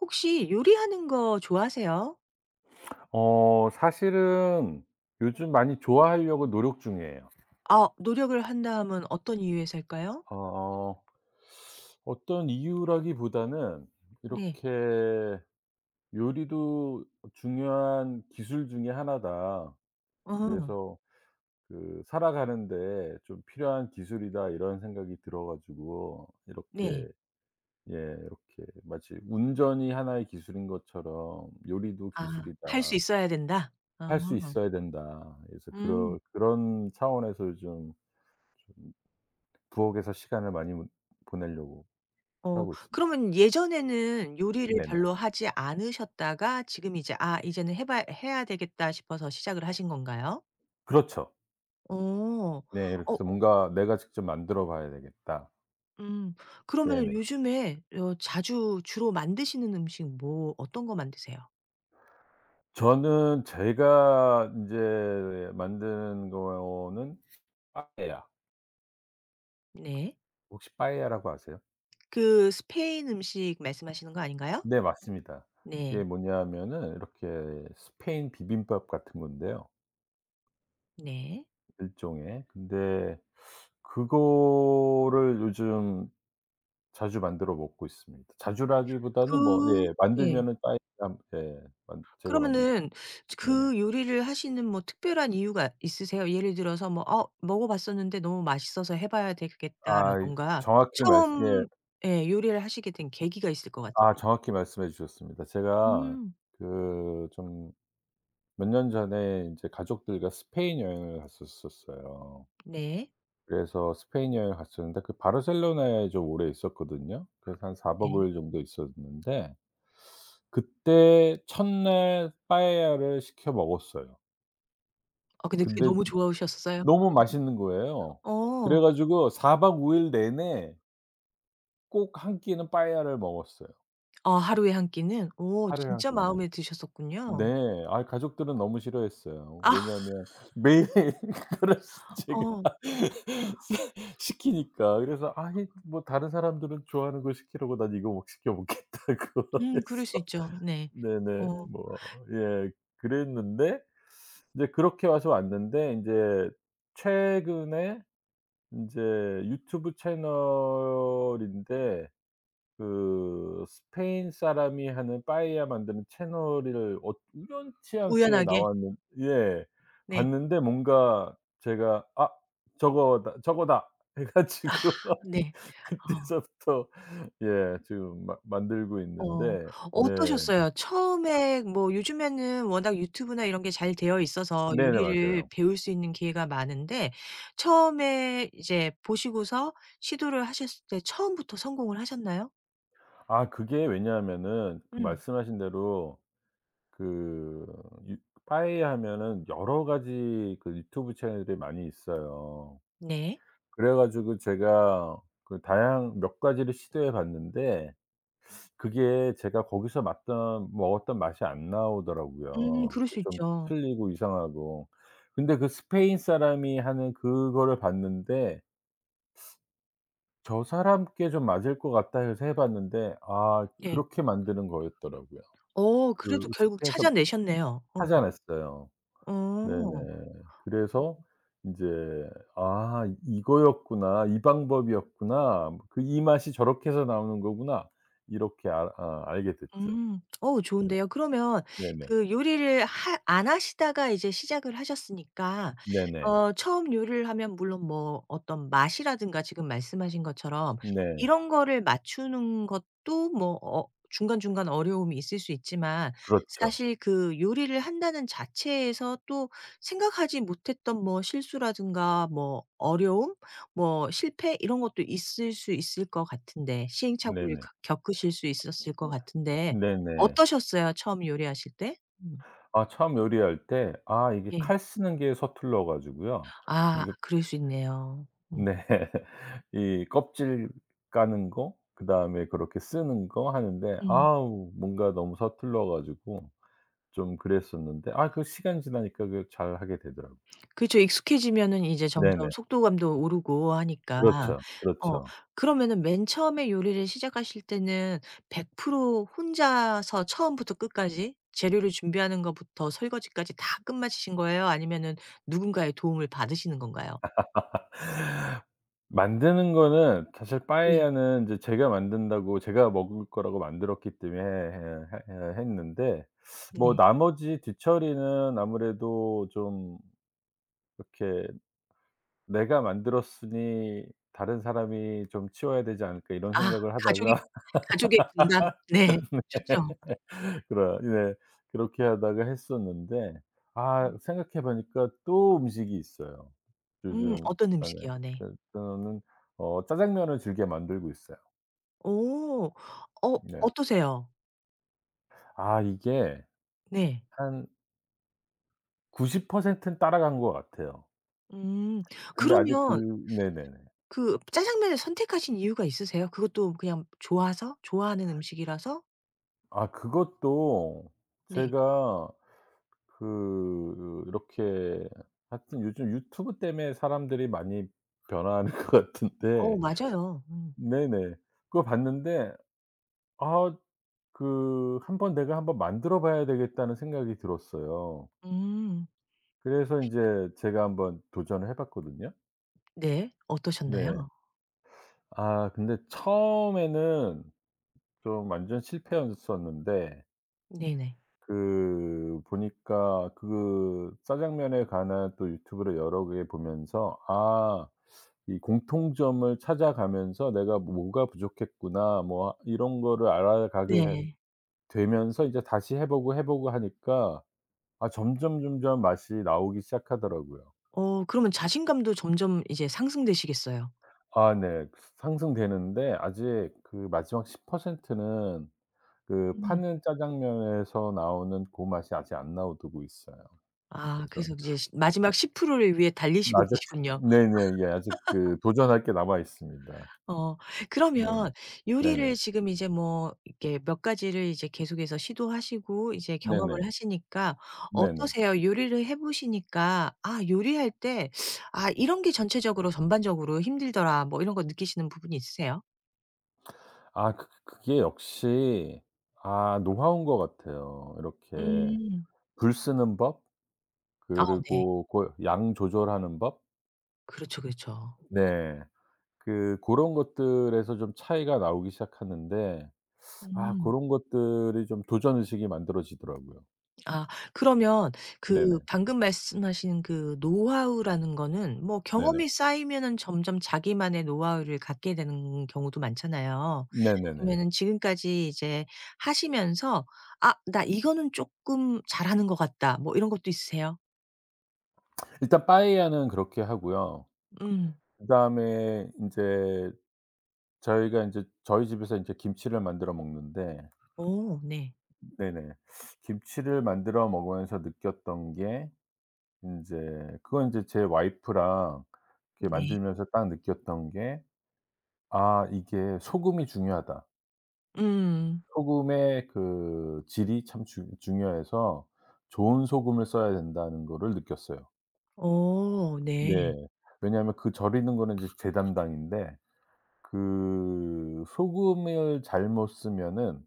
혹시 요리하는 거 좋아하세요? 사실은 요즘 많이 좋아하려고 노력 중이에요. 아 노력을 한다 하면 어떤 이유에서일까요? 어 어떤 이유라기보다는 네. 이렇게 '요리도 중요한 기술 중에 하나다. 어. 그래서 그 살아가는 데 좀 필요한 기술이다.' 이런 생각이 들어 가지고 이렇게 네. 예 이렇게 마치 '운전이 하나의 기술인 것처럼 요리도 아 할 수 기술이다. 있어야 된다? 아. 할 수 있어야 된다.' 그래서 음. 그런 차원에서 요즘 부엌에서 시간을 많이 문 보내려고 어 하고 있습니다. 그러면 예전에는 요리를 네네. 별로 하지 않으셨다가 지금 이제 '아 이제는 해 봐야 해야 되겠다.' 싶어서 시작을 하신 건가요? 그렇죠. 어. 네. 어 이렇게서 뭔가 '내가 직접 만들어 봐야 되겠다.' 음. 그러면은 네네. 요즘에 어 자주 주로 만드시는 음식 뭐 어떤 거 만드세요? 저는 제가 인제 만든 거는 빠에야. 네. 혹시 빠에야라고 아세요? 그 스페인 음식 말씀하시는 거 아닌가요? 네 맞습니다. 그게 네. 뭐냐면은 이렇게 스페인 비빔밥 같은 건데요 네. 일종의. 근데 그거를 요즘 자주 만들어 먹고 있습니다. 자주라기보다는 뭐 그 예 네. 만들면은 따니까 예 만 제가 만들 그러면은 네네. 그 요리를 하시는 뭐 특별한 이유가 있으세요? 예를 들어서 뭐 '어 먹어 봤었는데 너무 맛있어서 해 봐야 아 이 되겠다.'라던가 정확히 말씀 예 처음 예 요리를 하시게 된 계기가 있을 것 아 같은데. 정확히 말씀해 주셨습니다. 제가 음. 그 좀 몇 년 전에 인제 가족들과 스페인 여행을 갔었었어요. 네. 그래서 스페인 여행을 갔었는데 그 바르셀로나에 좀 오래 있었거든요. 그래서 한4박 네. 5일 정도 있었는데 그때 첫날 빠에야를 시켜 먹었어요. 아 근데 그게 근데 너무 좋아우셨어요? 너무 맛있는 거예요. 어. 그래 가지고 4박 5일 내내 꼭 한 끼는 빠에야를 먹었어요. 아 하루에 한 끼는? 오 하루에 한 진짜 끼는. 마음에 네. 드셨었군요. 아 가족들은 너무 싫어했어요. 아 왜냐하면 매일 그거를 제가 어. 시 시키니까. 그래서 아이 뭐 다른 사람들은 좋아하는 걸 시키라고 난 이거 막 시켜 먹겠다고 그럴 해서 수 있죠. 네. 네네. 어 뭐 예 그랬는데 이제 그렇게 와서 왔는데 인제 최근에 인제 유튜브 채널인데 그 스페인 사람이 하는 빠에야 만드는 채널을 우연치 않게 우연하게. 나왔는 예. 네. 봤는데 뭔가 제가 '아 저거다. 저거다.' 해 아 가지고 네. 어. 그때서부터 예 지금 마 만들고 어. 있는데 네. 어떠셨어요? 처음에 뭐 요즘에는 워낙 유튜브나 이런 게 잘 되어 있어서 네네 요리를 맞아요. 배울 수 있는 기회가 많은데 처음에 이제 보시고서 시도를 하셨을 때 처음부터 성공을 하셨나요? 아 그게 왜냐하면은 그 음. 말씀하신 대로 그 유 파이 하면은 여러 가지 그 유튜브 채널이 많이 있어요. 네. 그래 가지고 제가 그 다양 몇 가지를 시도해 봤는데 그게 제가 거기서 맛던 먹었던 맛이 안 나오더라고요. 그럴 수 좀 있죠. 틀리고 이상하고. 근데 그 스페인 사람이 하는 그거를 봤는데 '저 사람께 좀 맞을 것 같다.' 해서 해 봤는데 아 네. 그렇게 만드는 거였더라고요. 어 그 그래도 결국 스페인에서 찾아내셨네요. 어. 파지 않았어요. 네네. 어. 그래서 이제 '아 이거였구나. 이 방법이었구나. 뭐 그이 맛이 저렇게 해서 나오는 거구나.' 이렇게 알 아 알게 됐죠. 음. 어우 네. 좋은데요. 그러면 네네. 그 요리를 하 안 하시다가 이제 시작을 하셨으니까 네네. 어 처음 요리를 하면 물론 뭐 어떤 맛이라든가 지금 말씀하신 것처럼 네. 이런 거를 맞추는 것도 뭐 어 중간중간 어려움이 있을 수 있지만 그렇죠. 사실 그 요리를 한다는 자체에서 또 생각하지 못했던 뭐 실수라든가 뭐 어려움 뭐 실패 이런 것도 있을 수 있을 것 같은데 시행착오를 네네. 겪 겪으실 수 있었을 것 같은데 네네. 어떠셨어요? 처음 요리하실 때? 음. 아 처음 요리할 때 아 이게 예. 칼 쓰는 게 서툴러 가지고요. 아 이게 그럴 수 있네요. 음. 네. 이 껍질 까는 거 그다음에 그렇게 쓰는 거 하는데 음. 아우 뭔가 너무 서툴러 가지고 좀 그랬었는데 아 그 시간 지나니까 그 잘하게 되더라고요. 그죠. 익숙해지면은 이제 점점 네네. 속도감도 오르고 하니까. 그렇죠. 어 그렇죠. 그러면은 맨 처음에 요리를 시작하실 때는 100% 혼자서 처음부터 끝까지 재료를 준비하는 것부터 설거지까지 다 끝마치신 거예요? 아니면은 누군가의 도움을 받으시는 건가요? 만드는 거는 사실 네. 빠에야는 이제 제가 만든다고 제가 먹을 거라고 만들었기 때문에 해 했는데 뭐 네. 나머지 뒤처리는 아무래도 좀 이렇게 '내가 만들었으니 다른 사람이 좀 치워야 되지 않을까.' 이런 아 생각을 가족의 하다가 가족의 분담. 네. 좋죠. 그래 네. 그렇게 하다가 했었는데 아 음. 생각해 보니까 또 음식이 있어요. 요즘 어떤 아 네. 음식이요? 네. 그 저는 짜장면을 즐겨 만들고 있어요. 오. 어 네. 어떠세요? 아 이게 네. 한 90%는 따라간 것 같아요. 음. 근데 아직 그 그러면 네네네. 그 짜장면을 선택하신 이유가 있으세요? 그것도 그냥 좋아서? 좋아하는 음식이라서? 아 그것도 네. 제가 그 이렇게 하여튼 요즘 유튜브 때문에 사람들이 많이 변화하는 것 어 같은데 맞아요. 음. 네네. 그거 봤는데 아 그 '한 번 내가 한번 만들어 봐야 되겠다.'는 생각이 들었어요. 음. 그래서 인제 제가 한번 도전을 해 봤거든요. 네. 네. 어떠셨나요? 아 근데 처음에는 좀 완전 실패였었는데 네네. 그 보니까 그 짜장면에 관한 또 유튜브를 여러 개 보면서 아 이 공통점을 찾아가면서 '내가 뭐가 부족했구나.' 뭐 이런 거를 알아가게 해 네. 되면서 이제 다시 해 보고, 해 보고 하니까 아 점점 맛이 나오기 시작하더라고요. 어 그러면 자신감도 점점 이제 상승되시겠어요. 아 네. 상승되는데 아직 그 마지막 10%는 그 음. 파는 짜장면에서 나오는 고 맛이 아직 안 나오고 있어요. 아 그래서 그래서 이제 시 마지막 10%를 위해 달리시고 아직 계시군요. 네네. 예 아직 그 도전할 게 남아 있습니다. 어. 네네. 그러면 네네. 요리를 지금 이제 뭐 이렇게 몇 가지를 이제 계속해서 시도하시고 이제 경험을 네네. 하시니까 네네. 어떠세요? 요리를 해 보시니까 '아 요리할 때 아 이런 게 전체적으로 전반적으로 힘들더라.' 뭐 이런 거 느끼시는 부분이 있으세요? 아 그 그게 역시 아 노하우인 것 같아요. 이렇게 음. 불 쓰는 법 아 네. 그리고 고 양 조절하는 법. 그렇죠, 그렇죠. 네. 그 그런 것들에서 좀 차이가 나오기 시작하는데 아 음. 고런 것들이 좀 도전 의식이 만들어지더라고요. 아 그러면 그 네네. 방금 말씀하신 그 노하우라는 거는 뭐 네네. 경험이 쌓이면은 점점 자기만의 노하우를 갖게 되는 경우도 많잖아요. 네네네. 그러면은 지금까지 이제 하시면서 '아 나 이거는 쪼끔 잘하는 것 같다.' 뭐 이런 것도 있으세요? 일단 빠에야는 그렇게 하고요. 음. 그다음에 인제 저희가 인제 저희 집에서 인제 김치를 만들어 먹는데 어 네. 네네. 김치를 만들어 먹으면서 느꼈던 게 인제 그건 인제 제 와이프랑 이렇게 네. 만들면서 딱 느꼈던 게 '아 이게 소금이 중요하다.' 음. 소금의 그 질이 참 중 중요해서 좋은 소금을 써야 된다는 거를 느꼈어요. 어 네. 네. 왜냐하면 그 절이는 거는 이제 제 담당인데 그 소금을 잘못 쓰면은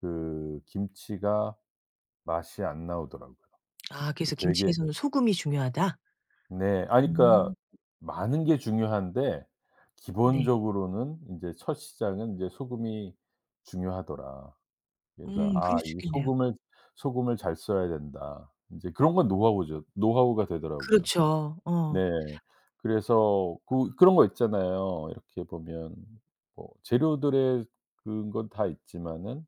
그 김치가 맛이 안 나오더라고요. 아 그래서 되게 김치에서는 소금이 중요하다? 네. 아니 그러니까 음. 많은 게 중요한데 네. 기본적으로는 인제 '첫 시작은 인제 소금이 중요하더라.' 그래서 그럴 '아 수 이 있겠네요. 소금을 잘 써야 된다.' 인제 그런 건 노하우죠. 노하우가 되더라고요. 그렇죠. 어. 네. 그래서 그 그런 거 있잖아요. 이렇게 보면 뭐 재료들의 그건 다 있지만은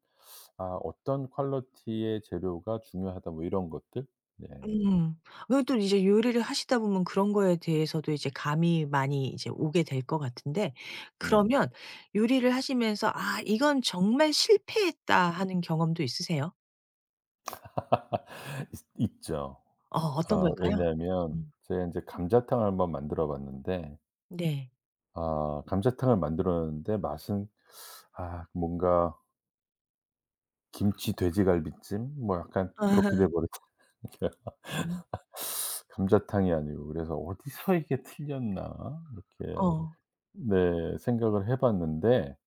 '아 어떤 퀄리티의 재료가 중요하다.' 뭐 이런 것들? 네. 음. 그리고 또 이제 요리를 하시다 보면 그런 거에 대해서도 이제 감이 많이 이제 오게 될 것 같은데 네네. 그러면 요리를 하시면서 '아 이건 정말 실패했다.' 하는 경험도 있으세요? 있 있죠. 어 어떤 아 걸까요? 왜냐하면 음. 제가 인제 감자탕을 한번 만들어 봤는데 네. 아 감자탕을 만들었는데 맛은 아 뭔가 김치 돼지갈비찜 뭐 약간 그렇게 돼 버렸으니까 어. 감자탕이 아니고 그래서 '어디서 이게 틀렸나?' 이렇게 어. 네 생각을 해 봤는데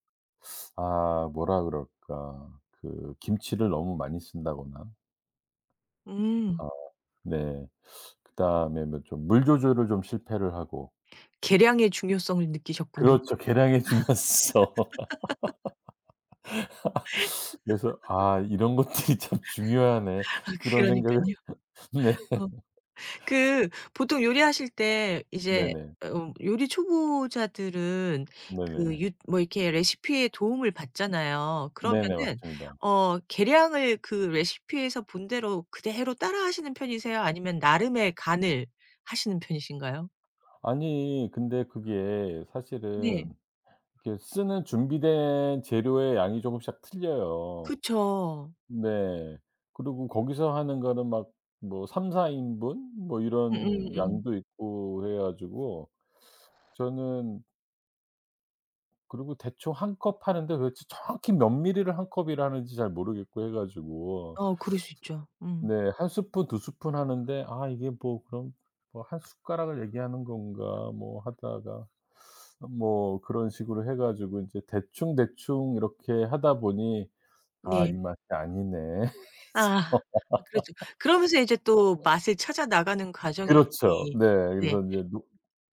아 뭐라 그럴까. 그 김치를 너무 많이 쓴다거나 음. 아 네. 그다음에 뭐 좀 물 조절을 좀 실패를 하고 계량의 중요성을 느끼셨군요. 그렇죠. 계량이 중요했어. 그래서 '아 이런 것들이 참 중요하네.' 아 그런 생각을 그러니깐요. 네. 어. 그 보통 요리하실 때 이제 네네. 어 요리 초보자들은 그 네네. 유 뭐 이렇게 레시피에 도움을 받잖아요. 네네. 그러면은 맞습니다. 어 계량을 그 레시피에서 본 대로 그대로 따라하시는 편이세요? 아니면 나름의 간을 하시는 편이신가요? 아니 근데 그게 사실은 네. 이렇게 쓰는 준비된 재료의 양이 조금씩 틀려요. 그쵸. 네. 그리고 거기서 하는 거는 막 뭐 3-4 인분 뭐 이런 음음음. 양도 있고 해 가지고 저는 그리고 대충 한 컵 하는데 도대체 정확히 몇 밀리를 한 컵이라 하는지 잘 모르겠고 해 가지고 어 그럴 수 있죠. 음. 네. 한 스푼 두 스푼 하는데 '아 이게 뭐 그럼 뭐 한 숟가락을 얘기하는 건가.' 뭐 하다가 뭐 그런 식으로 해 가지고 인제 대충대충 이렇게 하다 보니 '아 이 네. 맛이 아니네.' 아 그렇죠. 그러면서 이제 또 맛을 찾아 나가는 과정이니 그렇죠. 네. 네. 그래서 인제 노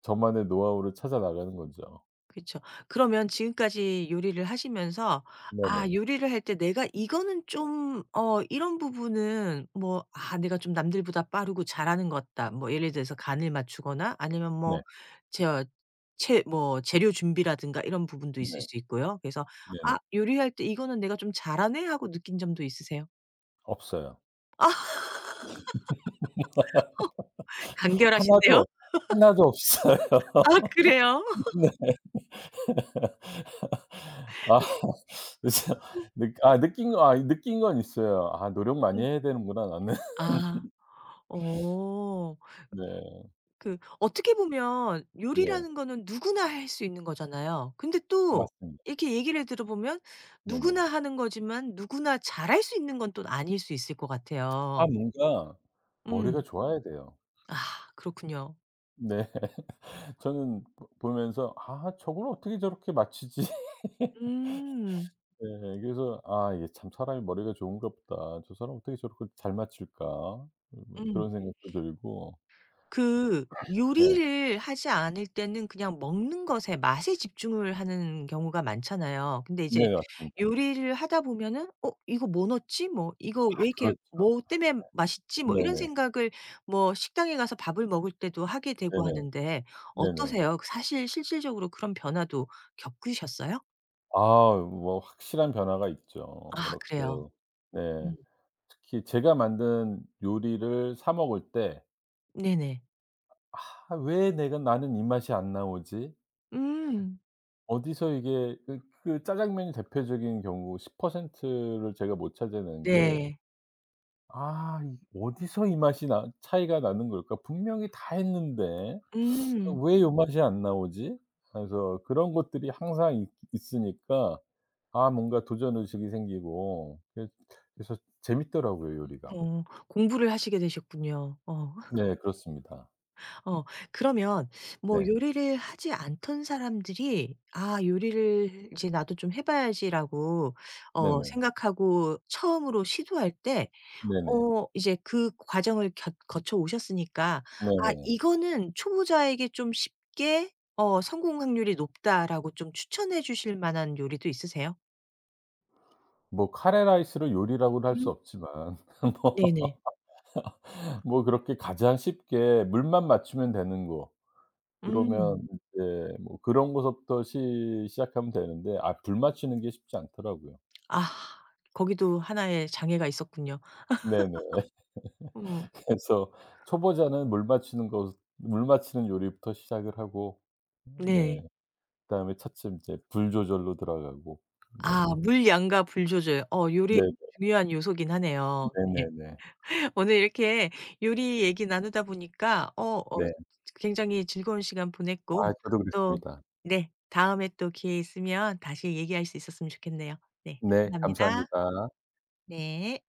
저만의 노하우를 찾아 나가는 거죠. 그쵸. 그러면 지금까지 요리를 하시면서 아 네네. 요리를 할 때 내가 이거는 좀 어 이런 부분은 뭐 '아 내가 좀 남들보다 빠르고 잘하는 것 같다.' 뭐 예를 들어서 간을 맞추거나 아니면 뭐 네. 저 채 뭐 재료 준비라든가 이런 부분도 있을 네. 수 있고요. 그래서 네네. '아 요리할 때 이거는 내가 좀 잘하네.' 하고 느낀 점도 있으세요? 없어요. 간결하신데요? 하나도, 하나도 없어요. 아 그래요? 네. 아 그래서 느 아 느낀 거 아 느낀 건 있어요. '아 노력 많이 해야 되는구나 나는.' 아. 어. 네. 그 어떻게 보면 네. 요리라는 거는 누구나 할 수 있는 거잖아요. 근데 또 맞습니다. 이렇게 얘기를 들어보면 누구나 네네. 하는 거지만 누구나 잘할 수 있는 건 또 아닐 수 있을 것 아 같아요. 뭔가 머리가 음. 좋아야 돼요. 아 그렇군요. 네. 저는 보 보면서 '아 저걸 어떻게 저렇게 맞추지?' 음. 네. 그래서 '아 이게 참 사람이 머리가 좋은가 보다. 저 사람 어떻게 저렇게 잘 맞출까?' 뭐 음. 그런 생각도 들고. 그 네. 요리를 하지 않을 때는 그냥 먹는 것에 맛에 집중을 하는 경우가 많잖아요. 근데 이제 네 맞습니다. 요리를 하다 보면은 '어 이거 뭐 넣었지?' 뭐 아 '이거 왜 이렇게 그렇죠. 뭐 때문에 맛있지?' 뭐 이런 네네. 생각을 뭐 식당에 가서 밥을 먹을 때도 하게 되고 네네. 하는데 네네. 어떠세요? 그 사실 실질적으로 그런 변화도 겪으셨어요? 아 뭐 확실한 변화가 있죠. 아 이렇게. 그래요. 네. 음. 특히 제가 만든 요리를 사 먹을 때 네네. 아 '왜 내가 나는 이 맛이 안 나오지? 음. 어디서 이게' 그 그 짜장면이 대표적인 경우 10%를 제가 못 찾아낸 게 네. '아 이 어디서 이 맛이 나 차이가 나는 걸까? 분명히 다 했는데 아 음. 왜 요 맛이 안 나오지?' 그래서 그런 것들이 항상 있 있으니까 아 뭔가 도전 의식이 생기고 그래서 재밌더라고요 요리가. 어 공부를 하시게 되셨군요. 어. 네 그렇습니다. 어 그러면 뭐 네. 요리를 하지 않던 사람들이 '아 요리를 이제 나도 좀 해 봐야지.'라고 어 네네. 생각하고 처음으로 시도할 때 네네. 어 이제 그 과정을 겨 거쳐 오셨으니까 '아 네네. 이거는 초보자에게 좀 쉽게 어 성공 확률이 높다.'라고 좀 추천해 주실 만한 요리도 있으세요? 뭐 카레라이스를 요리라고는 할 수 음. 없지만 네네. 뭐 뭐 그렇게 가장 쉽게 물만 맞추면 되는 거 그러면 음. 이제 뭐 그런 거서부터 시 시작하면 되는데 아 불 맞추는 게 쉽지 않더라고요. 아 거기도 하나의 장애가 있었군요. 네네. 음 그래서 초보자는 물 맞추는 요리부터 시작을 하고 네. 네 그다음에 차츰 이제 불 조절로 들어가고 네. 아 물양과 불 조절. 어 요리 네 중요한 요소긴 하네요. 네. 네네네. 오늘 이렇게 요리 얘기 나누다 보니까 어 어 네. 굉장히 즐거운 시간 보냈고 아 저도 또 그랬습니다. 네 다음에 또 기회 있으면 다시 얘기할 수 있었으면 좋겠네요. 네. 네 감사합니다. 감사합니다. 네.